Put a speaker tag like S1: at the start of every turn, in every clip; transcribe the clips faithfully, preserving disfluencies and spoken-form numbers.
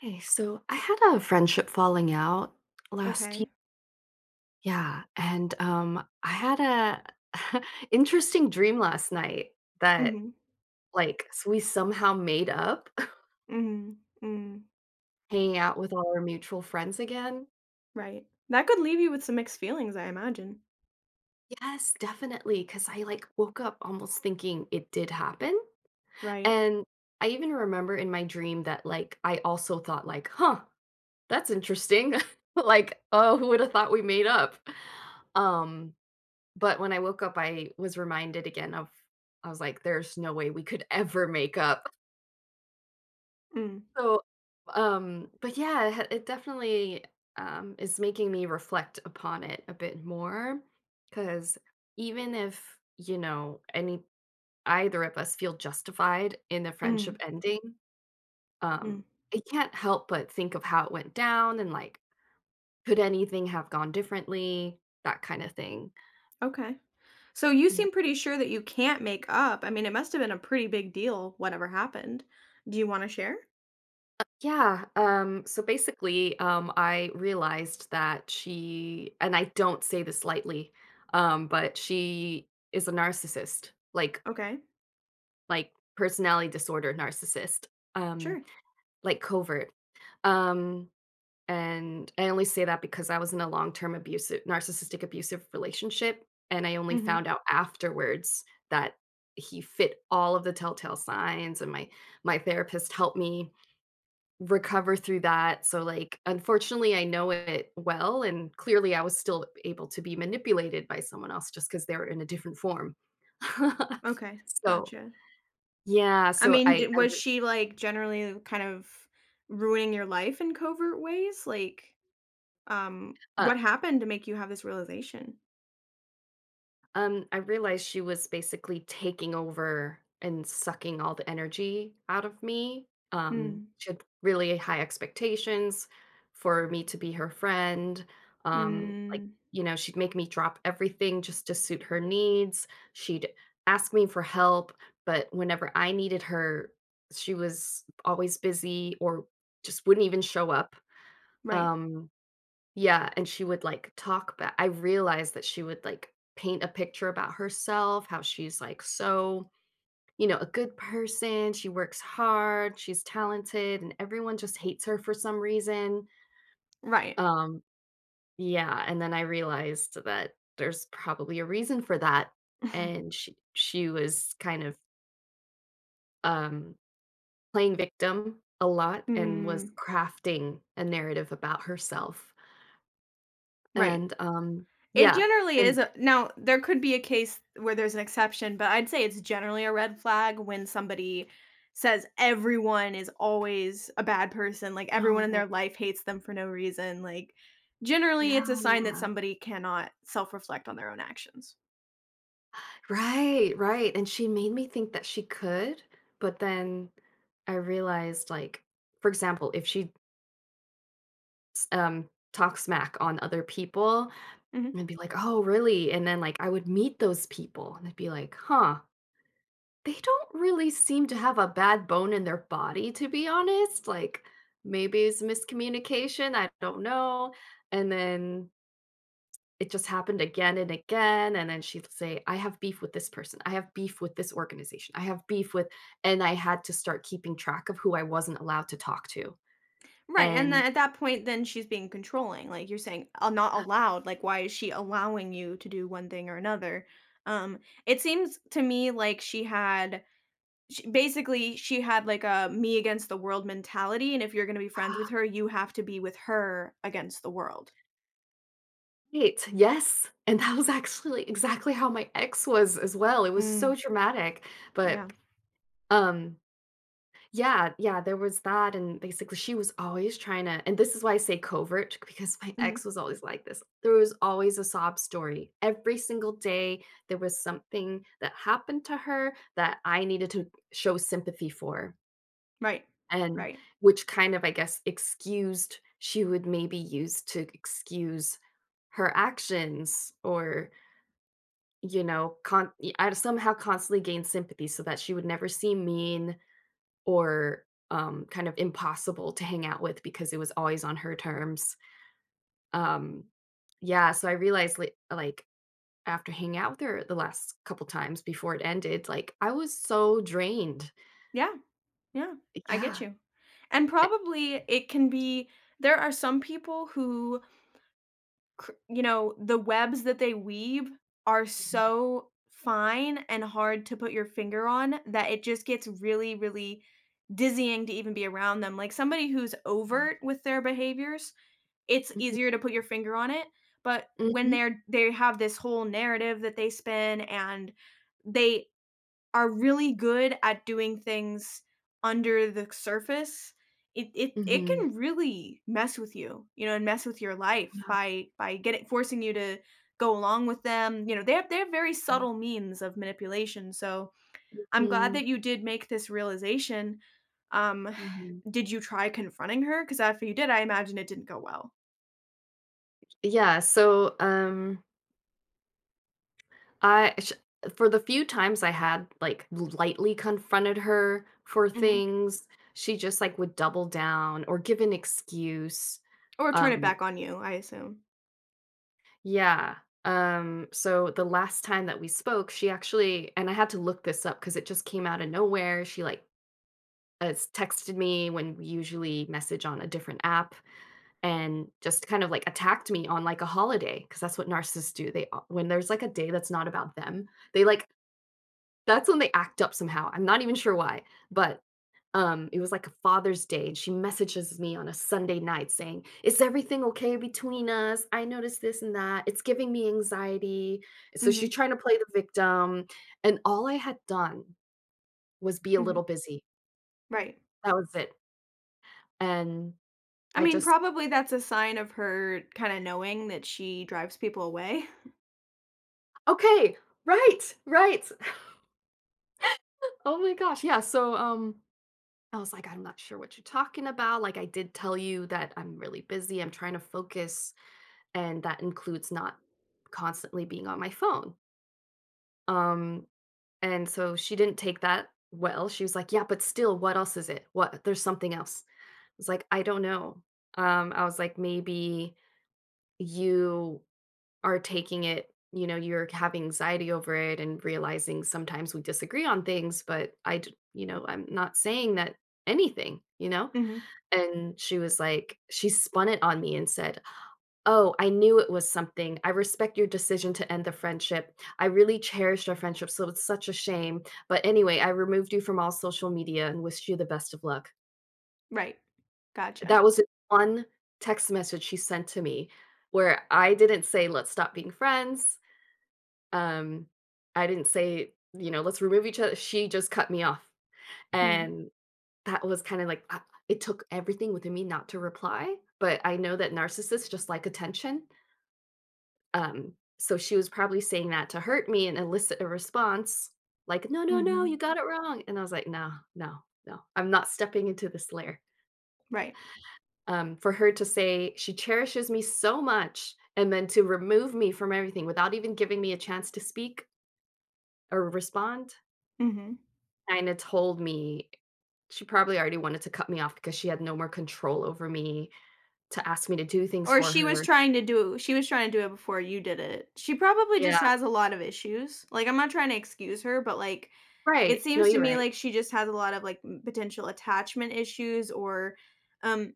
S1: Hey, so I had a friendship falling out last year.
S2: Okay.
S1: Yeah, and um I had a interesting dream last night that
S2: Mhm.
S1: like s- we somehow made up
S2: Mhm. Mm.
S1: hanging out with all our mutual friends again.
S2: Right. That could leave you with some mixed feelings, I imagine.
S1: Yes, definitely, cuz I like woke up almost thinking it did happen.
S2: Right.
S1: And I even remember in my dream that like I also thought like, "Huh, that's interesting." Like, "Oh, who would have thought we made up?" Um But when I woke up, I was reminded again of I was like, "There's no way we could ever make up."
S2: Mm.
S1: So, um, but yeah, it ha it definitely, um, is making me reflect upon it a bit more because even if, you know, any either of us feel justified in the friendship
S2: Mm.
S1: ending,
S2: Mm.
S1: um, I can't help but think of how it went down and, like, could anything have gone differently, that kinda thing.
S2: Okay. So you
S1: Yeah.
S2: seem pretty sure that you can't make up. I mean, it must have been a pretty big deal whatever happened. Do you want to share?
S1: Yeah. Um, so basically, um, I realized that she, and I don't say this lightly, um, but she is a narcissist, like
S2: Okay.
S1: like personality disorder narcissist, um,
S2: Sure.
S1: like covert. Um, and I only say that because I was in a long-term abusive, narcissistic abusive relationship, and I only
S2: Mhm.
S1: found out afterwards that he fit all of the telltale signs, and my my therapist helped me recover through that. So, like, unfortunately, I know it well, and clearly, I was still able to be manipulated by someone else just because they're in a different form.
S2: Okay.
S1: so,
S2: Gotcha.
S1: yeah,
S2: I
S1: so
S2: mean,
S1: I,
S2: did,
S1: I
S2: was
S1: re-
S2: she like generally kind of ruining your life in covert ways? Like um
S1: uh,
S2: what happened to make you have this realization?
S1: Um, I realized she was basically taking over and sucking all the energy out of me. Um,
S2: Mm.
S1: she had really high expectations for me to be her friend. Um, like,
S2: Mm.
S1: you know, she'd make me drop everything just to suit her needs. She'd ask me for help, but whenever I needed her, she was always busy or just wouldn't even show up.
S2: Right.
S1: Um, yeah, and she would, like, talk ba I realized that she would, like, paint a picture about herself, how she's, like, so, you know, a good person, she works hard, she's talented, and everyone just hates her for some reason.
S2: Right.
S1: Um, yeah, and then I realized that there's probably a reason for that, and she she was kind of, um, playing victim a lot and was
S2: Mm,
S1: crafting a narrative about herself,
S2: right.
S1: and, um,
S2: It
S1: yeah,
S2: generally is
S1: and
S2: a now, there could be a case where there's an exception, but I'd say it's generally a red flag when somebody says everyone is always a bad person, like, everyone in
S1: No.
S2: their life hates them for no reason, like, generally,
S1: Yeah.
S2: it's a sign that somebody cannot self-reflect on their own actions.
S1: Right, right, and she made me think that she could, but then I realized, like, for example, if she s um, talks smack on other people,
S2: Mhm.
S1: I'm be like, "Oh, really?" And then, like, I would meet those people, and I'd be like, "Huh, they don't really seem to have a bad bone in their body, to be honest." Like, maybe it's miscommunication, I don't know, and then it just happened again and again, and then she'd say, "I have beef with this person. I have beef with this organization. I have beef with," and I had to start keeping track of who I wasn't allowed to talk to,
S2: Right, and then
S1: and
S2: at that point, then she's being controlling, like, you're saying, "Uh, not allowed," like, why is she allowing you to do one thing or another? Um, it seems to me like she had Sh basically, she had, like, a me against the world mentality, and if you're gonna be friends with her, you have to be with her against the world.
S1: right, yes, and that was actually exactly how my ex was as well. It was
S2: Mm,
S1: so dramatic,
S2: yeah.
S1: but, um yeah, yeah, there was that, and basically she was always trying to and this is why I say covert because my ex
S2: Mhm.
S1: was always like this. There was always a sob story. Every single day there was something that happened to her that I needed to show sympathy for
S2: Right.
S1: and
S2: Right.
S1: which kind of I guess excused she would maybe use to excuse her actions or you know con- I somehow constantly gain sympathy so that she would never seem mean or um, kind of impossible to hang out with because it was always on her terms. Um, yeah, so I realized like, like after hanging out with her the last couple times before it ended, like I was so drained.
S2: Yeah, yeah, I get
S1: Yeah.
S2: you. And
S1: Eh,
S2: probably it can be there are some people who cr you know, the webs that they weave are
S1: mhm,
S2: so fine and hard to put your finger on that it just gets really, really dizzying to even be around them. Like, somebody who's overt with their behaviors, it's
S1: mhm,
S2: easier to put your finger on it, but when
S1: mhm,
S2: they're they have this whole narrative that they spin, and they are really good at doing things under the surface. It it, it
S1: mhm,
S2: can really mess with you you know and mess with your life
S1: yeah,
S2: by by getting forcing you to go along with them you know they have they have very
S1: mhm,
S2: subtle means of manipulation, so i'm glad
S1: mhm,
S2: that you did make this realization. um
S1: mhm.
S2: did you try confronting her? Because after you did, I imagine it didn't go well.
S1: Yeah, so um I sh for the few times I had, like, lightly confronted her for
S2: Mhm.
S1: things, she just, like, would double down or give an excuse.
S2: Or turn it
S1: Um
S2: back on you, I assume.
S1: yeah. Um, so the last time that we spoke, she actually and I had to look this up because it just came out of nowhere. She, like, has texted me when we usually message on a different app and just kind of, like, attacked me on, like, a holiday because that's what narcissists do. They a When there's, like, a day that's not about them, they, like, that's when they act up somehow, I'm not even sure why, but, um, it was, like, a Father's Day, and she messages me on a Sunday night saying, "Is everything okay between us? I noticed this and that. It's giving me anxiety." So
S2: Mhm,
S1: she's trying to play the victim, and all I had done was be a
S2: mhm,
S1: little busy.
S2: right.
S1: That was it, and
S2: I
S1: I
S2: mean,
S1: just
S2: probably that's a sign of her kinda knowing that she drives people away.
S1: okay, right, right. Oh my gosh, yeah, so, um, I was like, "I'm not sure what you're talking about, like, I did tell you that I'm really busy, I'm trying to focus and that includes not constantly being on my phone." Um, and so she didn't take that well. She was like, "Yeah, but still, what else is it? What? There's something else." I was like, "I don't know." Um, I was like, "Maybe you are taking it. You know, you're having anxiety over it and realizing sometimes we disagree on things, but I, d- you know, I'm not saying that anything, you know."
S2: Mhm,
S1: And she was like, she spun it on me and said, "Oh, I knew it was something. I respect your decision to end the friendship. I really cherished our friendship, so it's such a shame. But anyway, I removed you from all social media and wished you the best of luck."
S2: right. Gotcha.
S1: That was the one text message she sent to me where I didn't say, "Let's stop being friends." Um, I didn't say, you know, "Let's remove each other." She just cut me off.
S2: Mm,
S1: And that was kind of like, uh, it took everything within me not to reply. But I know that narcissists just like attention. Um, so she was probably saying that to hurt me and elicit a response like, "No, no, no, you
S2: mhm,
S1: got it wrong." And I was like, "No, no, no. I'm not stepping into this lair."
S2: right,
S1: Um, for her to say she cherishes me so much and then to remove me from everything without even giving me a chance to speak or respond
S2: mhm.
S1: kinda told me she probably already wanted to cut me off because she had no more control over me to ask me to do things
S2: Or
S1: for
S2: she was
S1: her.
S2: trying to do she was trying to do it before you did it. She probably
S1: Yeah,
S2: just has a lot of issues. Like, I'm not trying to excuse her, but, like, it
S1: right. No,
S2: seems to
S1: you're
S2: me
S1: right.
S2: like she just has a lot of, like, m potential attachment issues, or um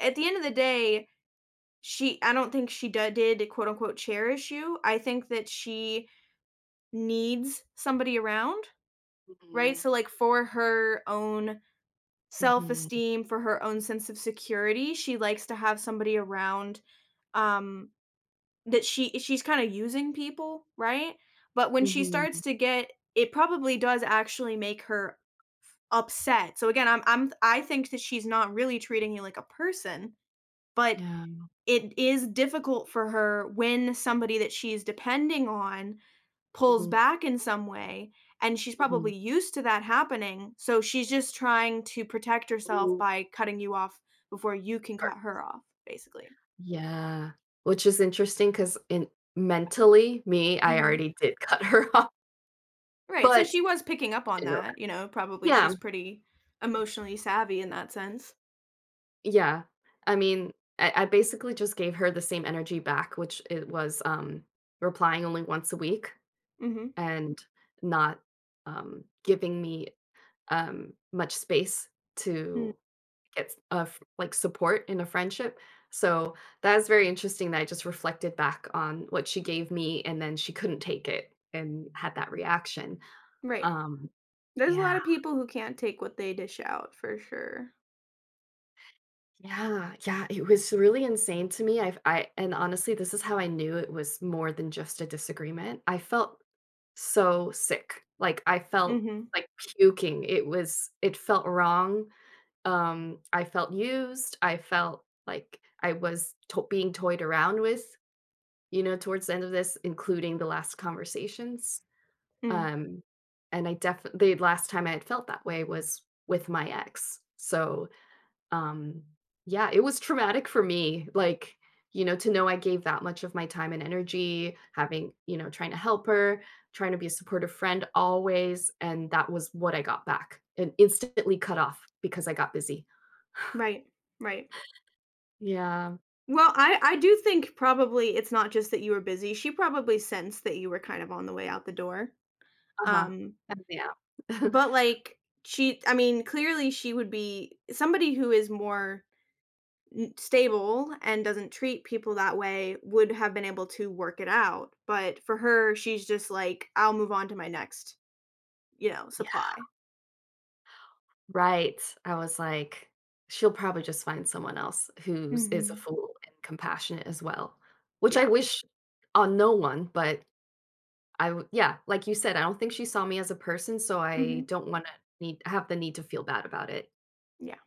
S2: at the end of the day, She I don't think she d did quote unquote "cherish you." I think that she needs somebody around, right?
S1: Mhm.
S2: So, like, for her own
S1: Mhm.
S2: self-esteem, for her own sense of security, she likes to have somebody around, um, that she she's kinda using people, right? But when she starts
S1: Mhm.
S2: to get it probably does actually make her upset. So, again, I'm I'm I think that she's not really treating you like a person, but
S1: Yeah.
S2: it is difficult for her when somebody that she's depending on pulls
S1: Mhm.
S2: back in some way, and she's
S1: Mhm.
S2: probably used to that happening, so she's just trying to protect herself
S1: Over.
S2: by cutting you off before you can cut her off, basically.
S1: Yeah, which is interesting because in mentally, me, I
S2: Mhm.
S1: already did cut her off,
S2: Right, so
S1: but
S2: she was
S1: I
S2: picking up on
S1: didn't know that.
S2: that, you know, probably
S1: Yeah,
S2: she's pretty emotionally savvy in that sense.
S1: yeah. I mean, I I basically just gave her the same energy back, which it was, um, replying only once a week
S2: Mhm.
S1: and not, um, giving me, um, much space
S2: Mm,
S1: to it's a f like, support in a friendship. So, that is very interesting that I just reflected back on what she gave me, and then she couldn't take it and had that reaction.
S2: right.
S1: Um,
S2: There's a lot
S1: yeah.
S2: of people who can't take what they dish out, for sure.
S1: Yeah, yeah, it was really insane to me. i I and honestly, this is how I knew it was more than just a disagreement. I felt so sick. Like, I felt
S2: Mhm.
S1: like puking. It was it felt wrong. Um, I felt used. I felt like I was to being toyed around with, you know, towards the end of this, including the last conversations.
S2: Mm,
S1: Um, and I definitely the last time I had felt that way was with my ex. So, um, yeah, it was traumatic for me. Like, you know, to know I gave that much of my time and energy, having, you know, trying to help her, trying to be a supportive friend always. And that was what I got back and instantly cut off because I got busy.
S2: right. Right.
S1: Yeah.
S2: Well, I I do think probably it's not just that you were busy, she probably sensed that you were kind of on the way out the door,
S1: Uh huh.
S2: um,
S1: Yeah.
S2: but, like, she I mean, clearly she would be somebody who is more n stable and doesn't treat people that way, would have been able to work it out, but for her, she's just like, "I'll move on to my next," you know, supply.
S1: Right. I was like, she'll probably just find someone else who's is a
S2: Mhm.
S1: fool and compassionate as well, which I
S2: Yeah.
S1: wish on no one, but I w- yeah, like you said, I don't think she saw me as a person, so I
S2: Mhm.
S1: don't wanna need have the need to feel bad about it.
S2: Yeah.